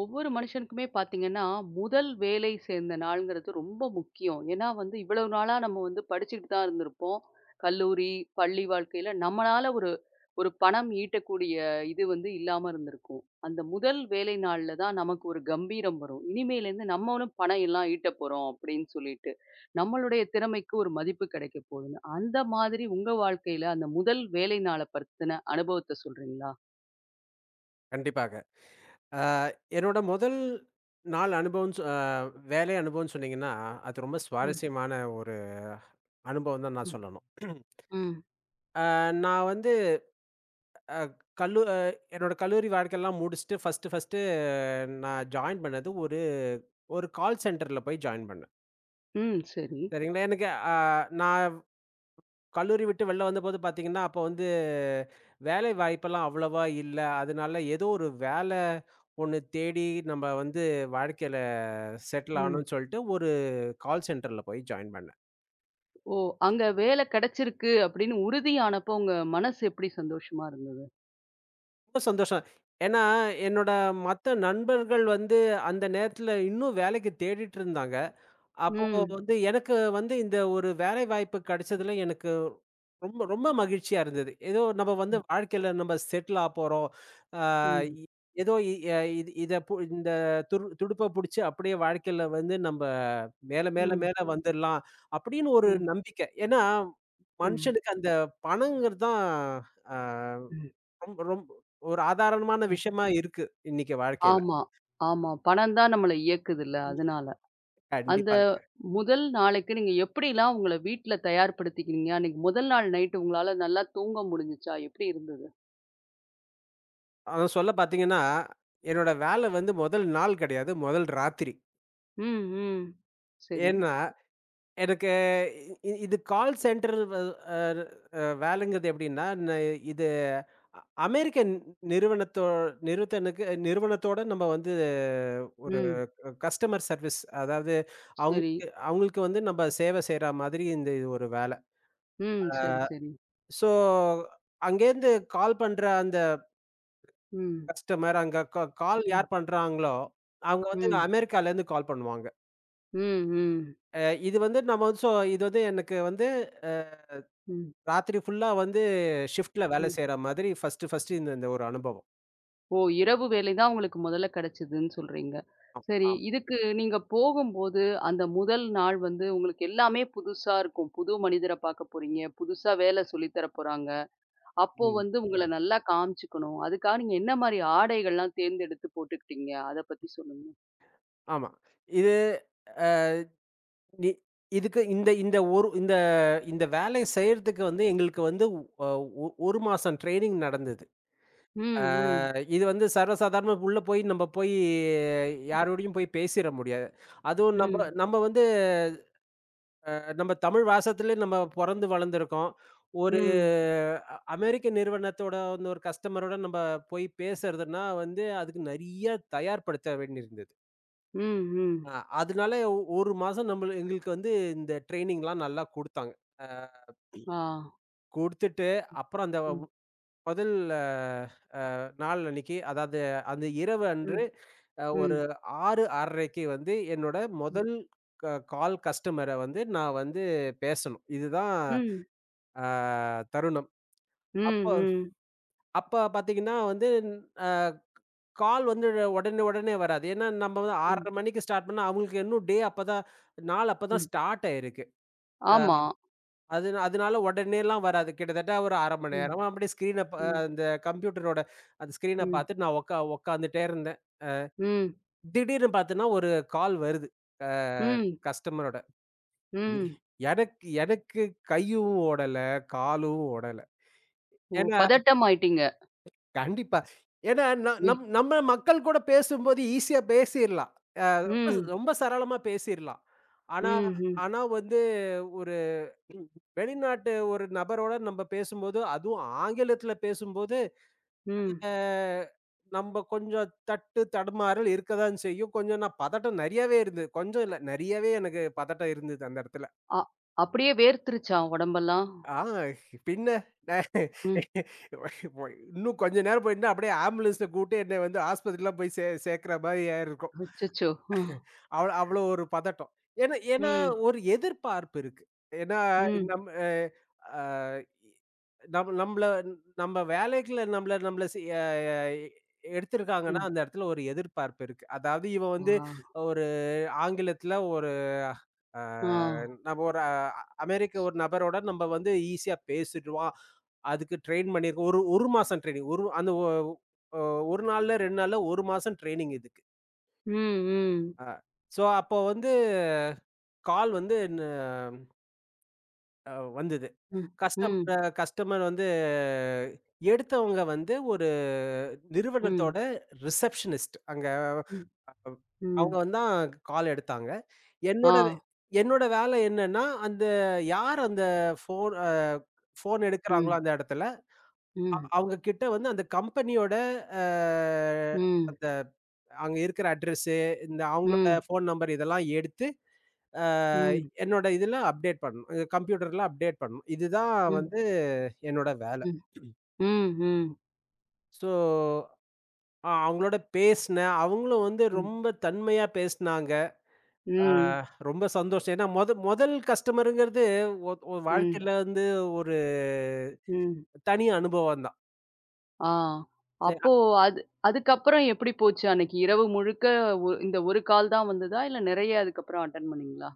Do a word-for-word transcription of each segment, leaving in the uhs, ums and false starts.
ஒவ்வொரு மனுஷனுக்குமே பார்த்தீங்கன்னா, முதல் வேலை சேர்ந்த நாள்ங்கிறது ரொம்ப முக்கியம். ஏன்னா வந்து இவ்வளவு நாளா நம்ம வந்து படிச்சுட்டு தான் இருந்திருப்போம். கல்லூரி, பள்ளி வாழ்க்கையில நம்மளால ஒரு ஒரு பணம் ஈட்டக்கூடிய இது வந்து இல்லாம இருந்திருக்கும். அந்த முதல் வேலை நாள்ல தான் நமக்கு ஒரு கம்பீரம் வரும். இனிமேலேருந்து நம்மளும் பணம் எல்லாம் ஈட்டப் போறோம் அப்படின்னு சொல்லிட்டு. நம்மளுடைய திறமைக்கு ஒரு மதிப்பு கிடைக்கப் போகுதுன்னு. அந்த மாதிரி உங்க வாழ்க்கையில அந்த முதல் வேலை நாள பத்தின அனுபவத்த சொல்றீங்களா? கண்டிப்பாக. அ என்னோட முதல் நாள் அனுபவம் சொ அ வேலை அனுபவம்னு சொன்னீங்கன்னா, அது ரொம்ப ம், சுவாரஸ்யமான ஒரு அனுபவம் தான் நான் ம், சொல்லணும். ம். அ நான் வந்து அ கல்லு அ என்னோட கல்லூரி வாழ்க்கையெல்லாம் முடிச்சுட்டு ஃபர்ஸ்ட்டு ஃபர்ஸ்ட்டு நான் ஜாயின் பண்ணது ஒரு ஒரு கால் சென்டர்ல போய் ஜாயின் பண்ணேன். ம். சரி. சரிங்களா? எனக்கு அ நான் கல்லூரி விட்டு வெளில வந்தபோது பார்த்தீங்கன்னா, அப்ப வந்து வேலை வாய்ப்பெல்லாம் அவ்வளவா இல்ல. அதனால ஏதோ ஒரு வேல ஒண்ணு தேடி நம்ம வந்து வாழ்க்கையில செட்டில் ஆகணும்னு சொல்லிட்டு ஒரு கால் சென்டர்ல போய் ஜாயின் பண்ணேன். ஓ! அங்க வேலை கிடைச்சிருக்கு அப்படின்னு உறுதியானப்போ உங்க மனசு எப்படி சந்தோஷமா இருந்தது? ரொம்ப சந்தோஷம். ஏன்னா, என்னோட மத்த நண்பர்கள் வந்து அந்த நேரத்துல இன்னும் வேலைக்கு தேடிட்டு இருந்தாங்க. அப்போ ம். வந்து எனக்கு வந்து இந்த ஒரு வேலை வாய்ப்பு கிடைச்சதுல எனக்கு ரொம்ப, ரொம்ப மகிழ்ச்சியா இருந்தது. ஏதோ நம்ம வந்து ம். வாழ்க்கையில நம்ம செட்டில் ஆப்போறோம். ஆ ம். இ ஏதோ இ அ இது இத பு இந்த துரு துடுப்ப புடிச்சு அப்படியே வாழ்க்கையில வந்து நம்ப மேல, மேல, ம். மேல வந்துரலாம் அப்படின்னு ஒரு ம். நம்பிக்கை. ஏன்னா, ம். மனுஷனுக்கு அந்த பணங்கிறது தான் ஆ ம். ரொம் ரொம் ஒரு ஆதாரமான அ. விஷயமா இருக்கு இன்னைக்கு வாழ்க்கையில. ஆமா, ஆமா. பணம் தான் நம்மள இயக்குதுல்ல. இ அதனால. அந்த கண்டிப்பா. முதல் நாளைக்கு நீங்க எப்படிலாம் உங்கள வீட்ல தயார்படுத்திக்கினீங்க? அன்னைக்கு முதல் நாள் நைட் உங்களால நல்லா தூங்க முடிஞ்சுச்சா? எப்படி இருந்தது? அதுவும் சொல்ல பார்த்தீங்கன்னா, என்னோட வேலை வந்து முதல் நாள் கிடையாது, முதல் ராத்திரி. ம். ம். சரி. ஏன்னா எனக்கு இ இ- இது கால் சென்டர் வ அ அ வேலைங்கிறது எப்படின்னா, ந இது அ அமெரிக்கன் நிறுவனத்தோ நிறுவத்தனுக்கு நிறுவனத்தோட நம்ம வந்து ஒரு ம். க கஸ்டமர் சர்வீஸ், அதாவது சரி. அவங்களுக்கு அவங்களுக்கு வந்து நம்ம சேவை செய்ற மாதிரி இந்த இது ஒரு வேலை. ம். அ சரி, சரி. ஸோ அங்கேருந்து கால் பண்ற அந்த ம். கஸ்டமர், அங்க க கால் ம். யார் பண்றாங்களோ, அவங்க வந்து ம். அமெரிக்காலேருந்து கால் பண்ணுவாங்க. ம். ம். அ இது வந்து நம்ம வந்து ஸோ இது வந்து எனக்கு வந்து ம். ராத்திரி ஃபுல்லா வந்து ஷிஃப்ட்ல வேலை ம். செய்ற மாதிரி ஃபர்ஸ்ட்டு, ஃபர்ஸ்ட்டு இந்த இந்த ஒரு அனுபவம். ஓ! இரவு வேலை தான் உங்களுக்கு முதல்ல கிடைச்சதுன்னு சொல்றீங்க. ஆமா, சரி, ஆமா. இதுக்கு நீங்க போகும்போது, அந்த முதல் நாள் வந்து உங்களுக்கு எல்லாமே புதுசா இருக்கும். புது மனிதர பாக்க போறீங்க, புதுசா வேலை சொல்லி தர போறாங்க. அப்போ ம். வந்து உங்கள நல்லா காமிச்சுக்கணும். அதுக்காக நீங்க என்ன மாரி ஆடைகள்லாம் தேர்ந்தெடுத்து போட்டுக்கிட்டீங்க? அத பத்தி சொல்லுங்க. ஆமா. இது அ இ இதுக்கு இந்த இந்த ஒரு இந்த இந்த வேலை செய்றதுக்கு வந்து எங்களுக்கு வந்து அ ஒ ஒரு மாசம் ட்ரெய்னிங் நடந்தது. ஆ ம், ம், இது வந்து சர்வசாதாரணமா உள்ள போய் நம்ம போய் யாரோடையும் போய் பேசிற முடியாது. அதுவும் நம்ப ம், நம்ம வந்து நம்ம தமிழ் வாசத்திலே நம்ம பொறந்து வளர்ந்துருக்கோம். ஒரு ம், அ அமெரிக்க நிறுவனத்தோட வந்து ஒரு கஸ்டமரோட நம்ம போய் பேசுறதுன்னா வந்து, அதுக்கு நெறைய தயார்படுத்த வேண்டியிருந்தது. ம், ம். அ அதனால ஒரு மாசம் நம்மள எங்களுக்கு வந்து இந்த ட்ரெய்னிங்லாம் நல்லா குடுத்தாங்க. அ ஆ. குடுத்துட்டு, அப்புறம் அந்த ம், முதல் அ அ, நாள் அன்னைக்கு, அதாவது அந்த இரவு அன்று ம், அ ஒரு ம், ஆறு, 6:30க்கு வந்து என்னோட ம், முதல் க கால் கஸ்டமர வந்து நான் வந்து பேசணும். இதுதான் ம், ஆ தருணம். அப்போ ம், அப்ப பார்த்தீங்கன்னா வந்து அ கால் வந்து உடனே உடனே வராது. ஏன்னா நம்ம வந்து ம், ஆறு முப்பது மணிக்கு ஸ்டார்ட் பண்ணா, அவங்களுக்கு இன்னும் டே அப்பதான் நாள் அப்பதான் ம். ஸ்டார்ட் ஆயிருக்கு. அ ஆமா. அது அதனால உடனேலாம் வராது. கிட்டத்தட்ட ஒரு அரை மணி ம், நேரமா அப்படியே ஸ்க்ரீன ப ம், அந்த கம்ப்யூட்டரோட அந்த ஸ்க்ரீன ம், பார்த்துட்டு நான் உட்கா உட்காந்துட்டே இருந்தேன். ம், திடீர்னு பார்த்தேன்னா ஒரு கால் வருது. அ ம், கஸ்டமரோட. எ ம். எனக்கு எனக்கு கையும் ஓடல, காலும் ஓடல. ஓ! ஏன்னா பதட்டம் ஆயிட்டீங்க. கண்டிப்பா. ஏன்னா நான் வி நம் நம்ம மக்கள் கூட பேசும்போது ஈஸியா பேசிர்லாம். அ ரொம்ப ச- ம். ரொம்ப சரளமா பேசிர்லாம். ஆனா ம். ம். ஆனா வந்து ஒரு ம், வெளிநாட்டு ஒரு நபரோட நம்ம பேசும்போது, அதுவும் ஆங்கிலத்தில பேசும்போது, ம். அ நம்ம கொஞ்சம் தட்டு தடுமாறல் இருக்க தான் செய்யும். கொஞ்சம் நான் பதட்டம் நெறையாவே இருந்தது. கொஞ்சம் இல்ல, நெறையாவே எனக்கு பதட்டம் இருந்தது அந்த இடத்துல. அ அப்படியே வேர்த்துருச்சா உடம்பெல்லாம்? ஆ பின்ன நான் ம். இன்னும் கொஞ்ச நேரம் போயிருந்தா அப்படியே ஆம்புலன்ஸ்ல கூட்டு என்னை வந்து ஆஸ்பத்திரிலாம் போய் சே சேர்க்கிற மாரி ஆயிருக்கும். அச்சச்சோ! அ. அவ் அவ்ளோ ஒரு பதட்டம். ஏன்னா ஏன்னா ம். ஒரு எதிர்பார்ப்பு இருக்கு. ஏன்னா ம். நம் அ அ நம் நம்மள நம்ம வேலைக்குள்ள நம்மள நம்மள சி அ எடுத்திருக்காங்கன்னா, ம். அந்த இடத்துல ஒரு எதிர்பார்ப்பு இருக்கு. அதாவது இவன் ஆ. வந்து ஒரு ஆங்கிலத்துல ஒரு அ ஆ. நம்ம ஒரு அஹ், அமெரிக்க ஒரு நபரோட நம்ம வந்து ஈஸியா பேசிடுவோம். அதுக்கு ட்ரெயின் பண்ணியிருக்கோம். ஒரு 1 மாசம் ட்ரெய்னிங். ஒரு அந்த ஒ அ ஒரு நாள்ல, ரெண்டு நாள்ல ஒரு மாசம் ட்ரெய்னிங் இதுக்கு. ம். ம். ஆ. ஸோ அப்போ வந்து கால் வந்து ந அ வந்தது. ம். கஸ்டம் ம். அ கஸ்டமர் வந்து எடுத்தவங்க வந்து ஒரு ம். நிறுவனத்தோட ரிசப்ஷனிஸ்ட். அங்க ம். ம். அவங்க வந்து தான் கால் எடுத்தாங்க. ஆ. என்னோட வே என்னோட வேலை என்னன்னா, அந்த யார் அந்த ஃபோன் அ ஃபோன் எடுக்கிறாங்களோ ம். அந்த இடத்துல அ ம். அவங்க கிட்ட வந்து அந்த கம்பெனியோட அ ம். அந்த அங்க இருக்கிற அட்ரஸு, இந்த அவங்களோட ம். ஃபோன் நம்பர் இதெல்லாம் எடுத்து, அ ம். என்னோட இதுல அப்டேட் பண்ணணும். அ கம்ப்யூட்டர்ல அப்டேட் பண்ணணும். இதுதான் ம். வந்து என்னோட வேல. ம். ம். ம். ஸோ அ அவங்களோட பேசினேன். அவங்களும் வந்து ம். ரொம்ப தன்மையா பேசினாங்க. அ ம். ரொம்ப சந்தோஷம். ஏன்னா மொத முதல் கஸ்டமருங்கிறது ஒ ஒரு ம். வாழ்க்கையில வந்து ஒரு ம். தனி அனுபவம் தான். ஆ. சரி அ அப்போ அது அதுக்கப்புறம் எப்படி போச்சு? அன்னைக்கு இரவு முழுக்க ஒ இந்த ஒரு கால் தான் வந்ததா? இல்ல நெறைய அதுக்கப்புறம் அட்டெண்ட் பண்ணீங்களா?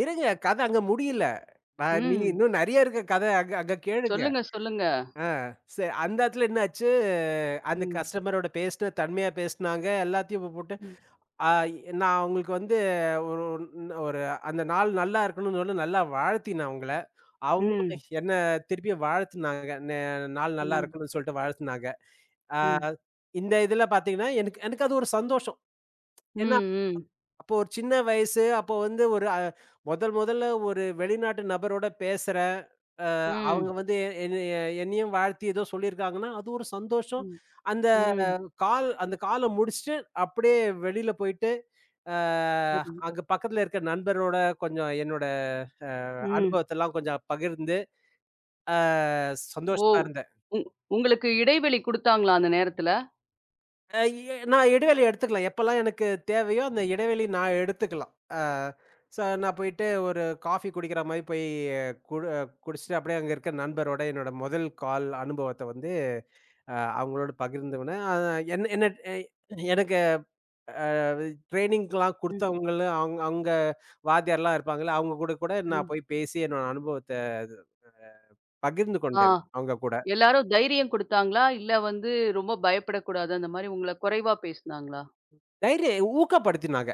இருங்க, கதை அங்க முடியல. ஆ, நீங்க ம். இன்னும் நெறைய இருக்கு கத. அங்க அங்க கேளுங்க. சொல்லுங்க, சொல்லுங்க. ஆ சரி, அந்த இடத்துல என்னாச்சு, அந்த ம். கஸ்டமரோட பேசின, தன்மையா பேசினாங்க. எல்லாத்தையும் போட்டு ம். ஆ நான் அவங்களுக்கு வந்து ஒரு ஒரு அந்த நாள் நல்லா இருக்கணும்னு சொல்லி நல்லா வாழ்த்தினேன் அவங்கள. ம். அவங்களும் என்ன திருப்பியும் வாழ்த்துனாங்க. ந நாள் நல்லா ம். இருக்கணும்னு சொல்லிட்டு வாழ்த்துனாங்க. ம். இந்த இதில பார்த்தீங்கன்னா, எனக்கு எனக்கு அது ஒரு சந்தோஷம். ம். ஏன்னா ம். அப்போ ஒரு சின்ன வயசு. அப்போ வந்து ஒரு அ முதல் முதல்ல ஒரு வெளிநாட்டு நபரோட பேசுறேன். அ அவங்க ம். வந்து எ- என்னைய என்னையும் வாழ்த்தி ஏதோ சொல்லியிருக்காங்கன்னா, அது ஒரு சந்தோஷம். ம். அந்த ம். கால் அந்த கால முடிச்சுட்டு அப்படியே வெளியில போயிட்டு, அ சரி. அங்க பக்கத்துல இருக்க நண்பரோட கொஞ்சம் என்னோட அ ம். அனுபவத்தெல்லாம் கொஞ்சம் பகிர்ந்து, அ ஓ! சந்தோஷமா இருந்தது. உ உங்களுக்கு இடைவெளி குடுத்தாங்களா அந்த நேரத்துல? அ எ நான் இடைவெளி எடுத்துக்கலாம். எப்பலாம் எனக்கு தேவையோ, அந்த இடைவெளி நான் எடுத்துக்கலாம். அ சோ நான் போயிட்டு ஒரு காஃபி குடிக்கிற மாரி போய் அஹ், குடு குடிச்சுட்டு அப்படியே அங்க இருக்க நண்பரோட என்னோட முதல் கால் அனுபவத்த வந்து அ அவங்களோட பகிர்ந்துவனே. அ என்ன என்ன எ எனக்கு அ ட்ரெய்னிங்லாம் ம். குடுத்தவங்களும் அவங்க அவங்க வாத்தியார்லாம் இருப்பாங்கல்ல, அவங்க கூட கூட நான் ம். போய் பேசி என்னோட அனுபவத்த பகிர்ந்து ஆ. கொண்டேன், அவங்க கூட. எல்லாரும் தைரியம் குடுத்தாங்களா? இல்ல வந்து ரொம்ப பயப்படக்கூடாது அந்த மாரி உங்கள குறைவா பேசுனாங்களா? தைரிய ஊக்கப்படுத்தினாங்க.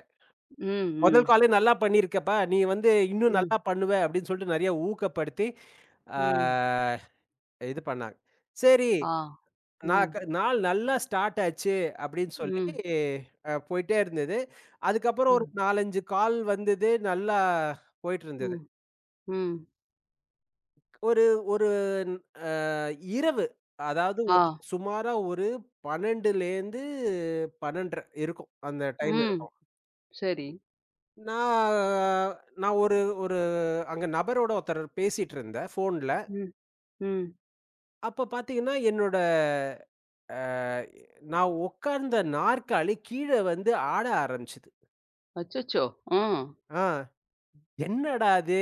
ம். முதல் ம். காலே நல்லா பண்ணியிருக்கப்பா! நீ வந்து இன்னும் நல்லா ம். பண்ணுவ அப்டின்னு சொல்லிட்டு நெறைய ஊக்கப்படுத்தி, ஆ ம். இது பண்ணாங்க. சரி, ஆ. நான் ம். க நாள் நல்லா ஸ்டார்ட் ஆச்சு அப்டின்னு சொல்லி ம். அ போயிட்டே இருந்தது. அதுக்கப்புறம் ஒரு ம். நான்கு, அஞ்சு கால் வந்தது. நல்லா போயிட்டு இருந்தது. ம். ம். ஒரு ஒரு ந- அ இரவு, அதாவது ஆ. ஒரு சுமாரா ஒரு பன்னிரண்டிலேருந்து பன்னிரண்டு முப்பது இருக்கும். அந்த டைம் ம். இருக்கும். சரி. நான் நான் ஒரு ஒரு அங்க நபரோட ஒருத்தர் பேசிட்டு இருந்தேன் ஃபோன்ல. ம். ம். அப்ப பார்த்தீங்கன்னா, என்னோட அ நான் உட்கார்ந்த நாற்காலி கீழ வந்து ஆட ஆரம்பிச்சது. அச்சச்சோ! ஆ. ஆ என்னடா இது?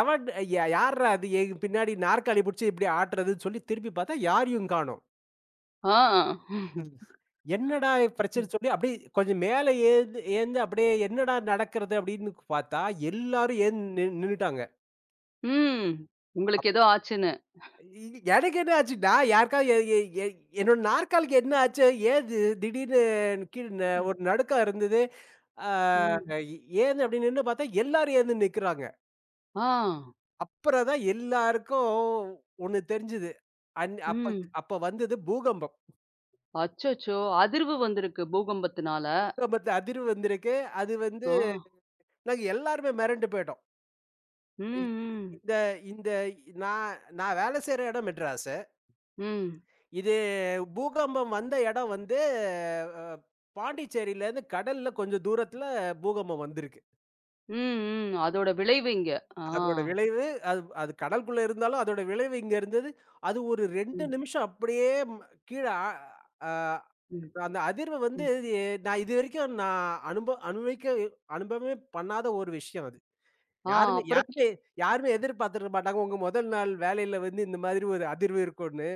எவன் யா யார்ரா அது, என் பின்னாடி நாற்காலி புடிச்சு இப்படி ஆட்டுறதுன்னு சொல்லி திருப்பி பார்த்தா யாரையும் காணோம். ஆ. ம். என்னடா பிரச்சனை சொல்லி அப்படியே கொஞ்சம் மேல ஏந்து ஏந்து அப்படியே என்னடா நடக்கிறது அப்படின்னு பார்த்தா எல்லாரும் ஏந்து நின் நின்னுட்டாங்க. ம். உங்களுக்கு ஏதோ ஆச்சுன்னு. இ எனக்கு என்ன ஆச்சு? நான் யாருக்காவது எ எ எ என்னோட நாற்காலிக்கு என்ன ஆச்சு? ஏன் இது திடீர்னு கீழ் ந ஒரு நடுக்கம் இருந்தது. ஆ ம். ஏன் அப்டின்னு நின்னு பார்த்தா, எல்லாரும் எழுந்து நிக்கிறாங்க. ஆ. அப்புறம் தான் எல்லாருக்கும் ஒண்ணு தெரிஞ்சது. அன் அப்ப ம். அப்ப வந்தது பூகம்பம். அச்சச்சோ! அதிர்வு வந்திருக்கு பூகம்பத்துனால. பூகம்பத்துல அதிர்வு வந்திருக்கு. அது வந்து ஆ. நாங்க எல்லாருமே மிரண்டு போயிட்டோம். ம். இ ம். இந்த இந்த நான் நான் வேலை செய்ற இடம் மெட்ராஸ். ம். இது பூகம்பம் வந்த இடம் வந்து அ பாண்டிச்சேரியிலேருந்து கடல்ல கொஞ்சம் தூரத்தில பூகம்பம் வந்திருக்கு. ம். ம். அதோட விளைவு இங்க. ஆ. அதோட விளைவு, அது அது கடலுக்குள்ள இருந்தாலும் அதோட விளைவு இங்க இருந்தது. அது ஒரு ரெண்டு ம். நிமிஷம் அப்படியே ம் கீழ ஆ அ ம். அந்த அதிர்வு வந்து ம். எ நான் இதுவரைக்கும் நான் அனுப அனுபவிக்க அனுபவமே பண்ணாத ஒரு விஷயம் அது. ஆ. யாருமே அப்புறம் கீ யாருமே யாருமே எதிர்பார்த்திருக்க மாட்டாங்க. உங்க முதல் நாள் வேலையில வந்து இந்த மாதிரி ஒரு அதிர்வு இருக்கும்னு.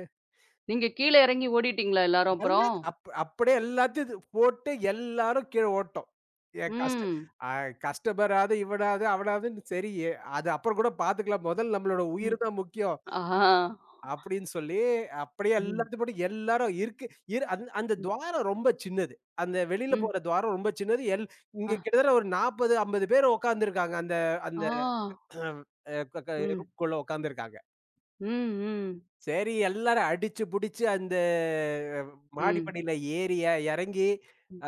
நீங்க கீழ இறங்கி ஓடிட்டீங்களா எல்லாரும் நல்லா அப்புறம்? அப் அப்படியே எல்லாத்தையும் இது போட்டு எல்லாரும் கீழ ஓட்டோம். எ கஷ்ட ம். அ கஸ்டமராவது, இவனாவது, அவனாவதுன்னு சரி, அது அப்புறம் கூட பார்த்துக்கலாம். முதல்ல நம்மளோட உயிர் ம். தான் முக்கியம். ஆ. அப்படின்னு சொல்லி அப்படியே ம். எல்லாத்தையும் போட்டு எல்லாரும் இருக்கு இரு அந் அந்த ம். துவாரம் ரொம்ப சின்னது. அந்த வெளியில ம். போற துவாரம் ரொம்ப சின்னது. எல் இங்க அ. கிட்டத்தட்ட ஒரு நாற்பது, ஐம்பது பேர் உட்கார்ந்திருக்காங்க. அந்த ஆ. அந்த அ க க ம். ரூம்க்குள்ள உட்கார்ந்திருக்காங்க. ம், ம். சரி, எல்லாரும் அடிச்சு புடிச்சு அந்த அஹ், மாடி ம். படியில ஏறி எ எறங்கி,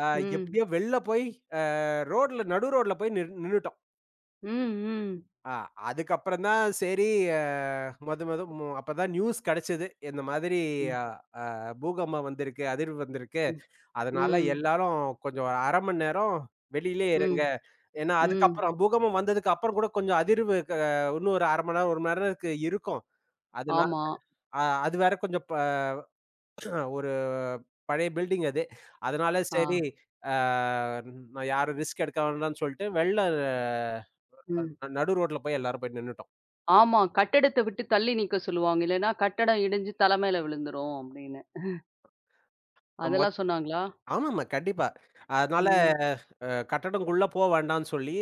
அ ம். எப்டியோ வெளில போய், அ ரோட்ல நடு ரோட்ல போய் நின் நின்னுட்டோம். ம். அ அதுக்கப்புறம் தான் சரி, அ மொத மொத மு அப்பதான் நியூஸ் கெடச்சது. இந்த மாதிரி ம். அ பூகம்பம் வந்திருக்கு, அதிர்வு வந்திருக்கு. ம். அதனால ம். எல்லாரும் கொஞ்சம் அரை மணி நேரம் வெளியிலயே ம். இருங்க. ஏன்னா ம். அதுக்கப்புறம் பூகம்பம் வந்ததுக்கு அப்புறம் கூட கொஞ்சம் அதிர்வு க இன்னும் ஒரு அரை மணி நேரம், ஒரு மணி நேரத்துக்கு இருக்கும். அதனால ஆமா. அ அது வேற கொஞ்சம் ப ஒரு பழைய பில்டிங் அது. அதனால ஆ. சரி, அ நான் யாரும் ரிஸ்க் எடுக்க வேண்டாம்னு சொல்ட்டு, வெள்ள ம். நடு ரோட்ல போய் எல்லாரும் போய் நின்னுட்டோம். ஆமா. கட்டடத்த விட்டு தள்ளி நிக்க சொல்லுவாங்க. இல்லன்னா கட்டடம் இடிஞ்சு தலை மேல விழுந்துரும் அப்படின்னு. அ மொத் அதெல்லாம் சொன்னாங்களா? ஆமாமா, கண்டிப்பா. அதனால ம். அ கட்டடங்குள்ள போ வேண்டாம்னு சொல்லி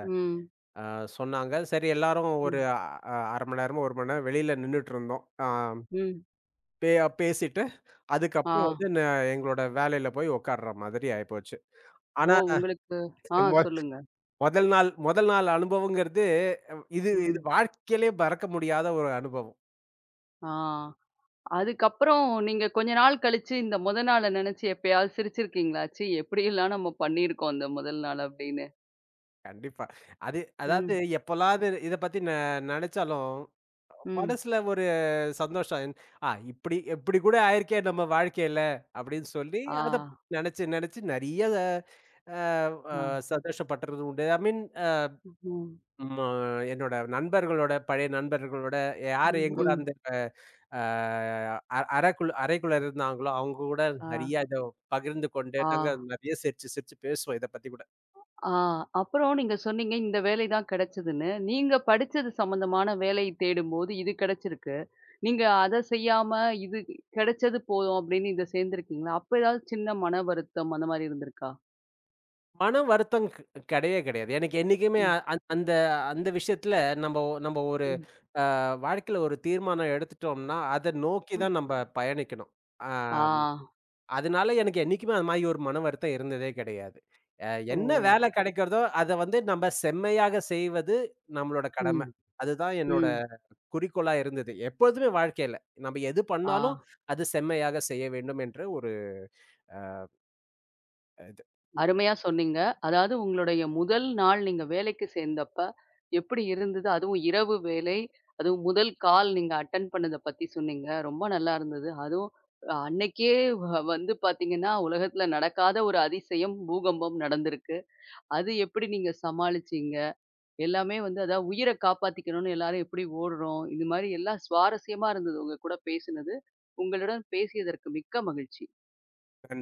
ம். அ சொன்னாங்க. சரி எல்லாரும் ஒரு ம். அ அரை மணி நேரமோ, ஒரு மணி நேரம் வெளியில நின்னுட்டுருந்தோம். அ ம். பே பேசிட்டு, ஆ. அதுக்கப்புறம் வந்து ந எங்களோட வேலையில போய் உட்கார்ற மாதிரி ஆயிப்போச்சு. ஓ! ஆனா உங்களுக்கு ஆ மொ சொல்லுங்க. முதல் நாள் முதல் நாள் அனுபவங்கிறது இது இது ம். வாழ்க்கையிலே மறக்க முடியாத ஒரு அனுபவம். ஆ. அதுக்கப்புறம் நீங்க கொஞ்ச நாள் கழிச்சு இந்த முதல் நாள நினைச்சு எப்பயாவது சிரிச்சிருக்கீங்களா? ச்சீ எப்படியெல்லாம் நம்ம பண்ணியிருக்கோம் அந்த முதல் நாள் அப்படின்னு? கண்டிப்பா. அது அதாவது ம். எப்போலாவது இத பத்தி நெ நெனச்சாலும், ம். மனசுல ஒரு சந்தோஷம். "ஆ இப்டி இப்டி கூட ஆயிருக்கே நம்ம வாழ்க்கையில" அப்டின்னு சொல்லி ஆ, அத நெனச்சு நெனச்சு நெறைய அ அ ஆ. சந்தோஷப்பட்டறது உண்டு. ஐ மீன் அ ம், ம். அ என்னோட நண்பர்களோட, பழைய நண்பர்களோட யார் ம், என் கூட ம். அந்த அ அ அறைக்குள் அறைக்குள்ள இருந்தாங்களோ, அவங்க கூட ஆ, நெறைய இத பகிர்ந்து கொண்டு, ஆ, நாங்க நெறைய சிரிச்சு சிரிச்சு பேசுவோம் இத பத்தி கூட. ஆ. அப்புறம் நீங்க சொன்னீங்க, இந்த வேலை தான் கிடைச்சதுன்னு. நீங்க படிச்சது சம்மந்தமான வேலை தேடும்போது இது கிடைச்சிருக்கு. நீங்க அத செய்யாம, இது கிடைச்சது போதும் அப்படின்னு இத சேர்ந்திருக்கீங்களா? அப்ப ஏதாவது சின்ன மன வருத்தம் அந்த மாரி இருந்திருக்கா? மன வருத்தம் க் கெடையவே கெடையாது. எனக்கு என்னைக்குமே ம், அந் அந்த அந்த விஷயத்துல நம்ப நம்ப ஒரு ம், அ வாழ்க்கையில ஒரு தீர்மானம் எடுத்துட்டோம்னா, அத நோக்கி ம். தான் நம்ப பயணிக்கணும். ஆ. ஆ. அதனால எனக்கு என்னைக்குமே அது மாரி ஒரு மன வருத்தம் இருந்ததே கிடையாது. அ ஓ! என்ன வேலை கண்டிப்பா கிடைக்கிறதோ, அத வந்து நம்ப செம்மையாக செய்வது நம்மளோட கடமை. ம், அதுதான் என்னோட ம். குறிக்கோளா இருந்தது எப்பொழுதுமே வாழ்க்கையில. நம்ம எது ஆ. பண்ணாலும், அது செம்மையாக செய்ய வேண்டும் என்று ஒரு அ இது. அருமையா சொன்னீங்க. அதாவது உங்களுடைய முதல் நாள் நீங்க வேலைக்கு சேர்ந்தப்ப, எப்படி இருந்தது? அதுவும் இரவு வேலை, அதுவும் முதல் கால் நீங்க அட்டெண்ட் பண்ணத பத்தி சொன்னீங்க. ரொம்ப நல்லா இருந்தது. அதுவும் அஹ், அன்னைக்கே வ வந்து பார்த்தீங்கன்னா, உலகத்துல நடக்காத ஒரு அதிசயம், பூகம்பம் நடந்திருக்கு. அது எப்படி நீங்க சமாளிச்சீங்க? எல்லாமே வந்து அதாவது உயிர காப்பாத்திக்கணும்னு எல்லாரும் எப்படி ஓடுறோம்? இது மாரி எல்லாம் சுவாரஸ்யமா இருந்தது உங்க கூட பேசினது. உங்களுடன் பேசியதற்கு மிக்க மகிழ்ச்சி. நன்றி.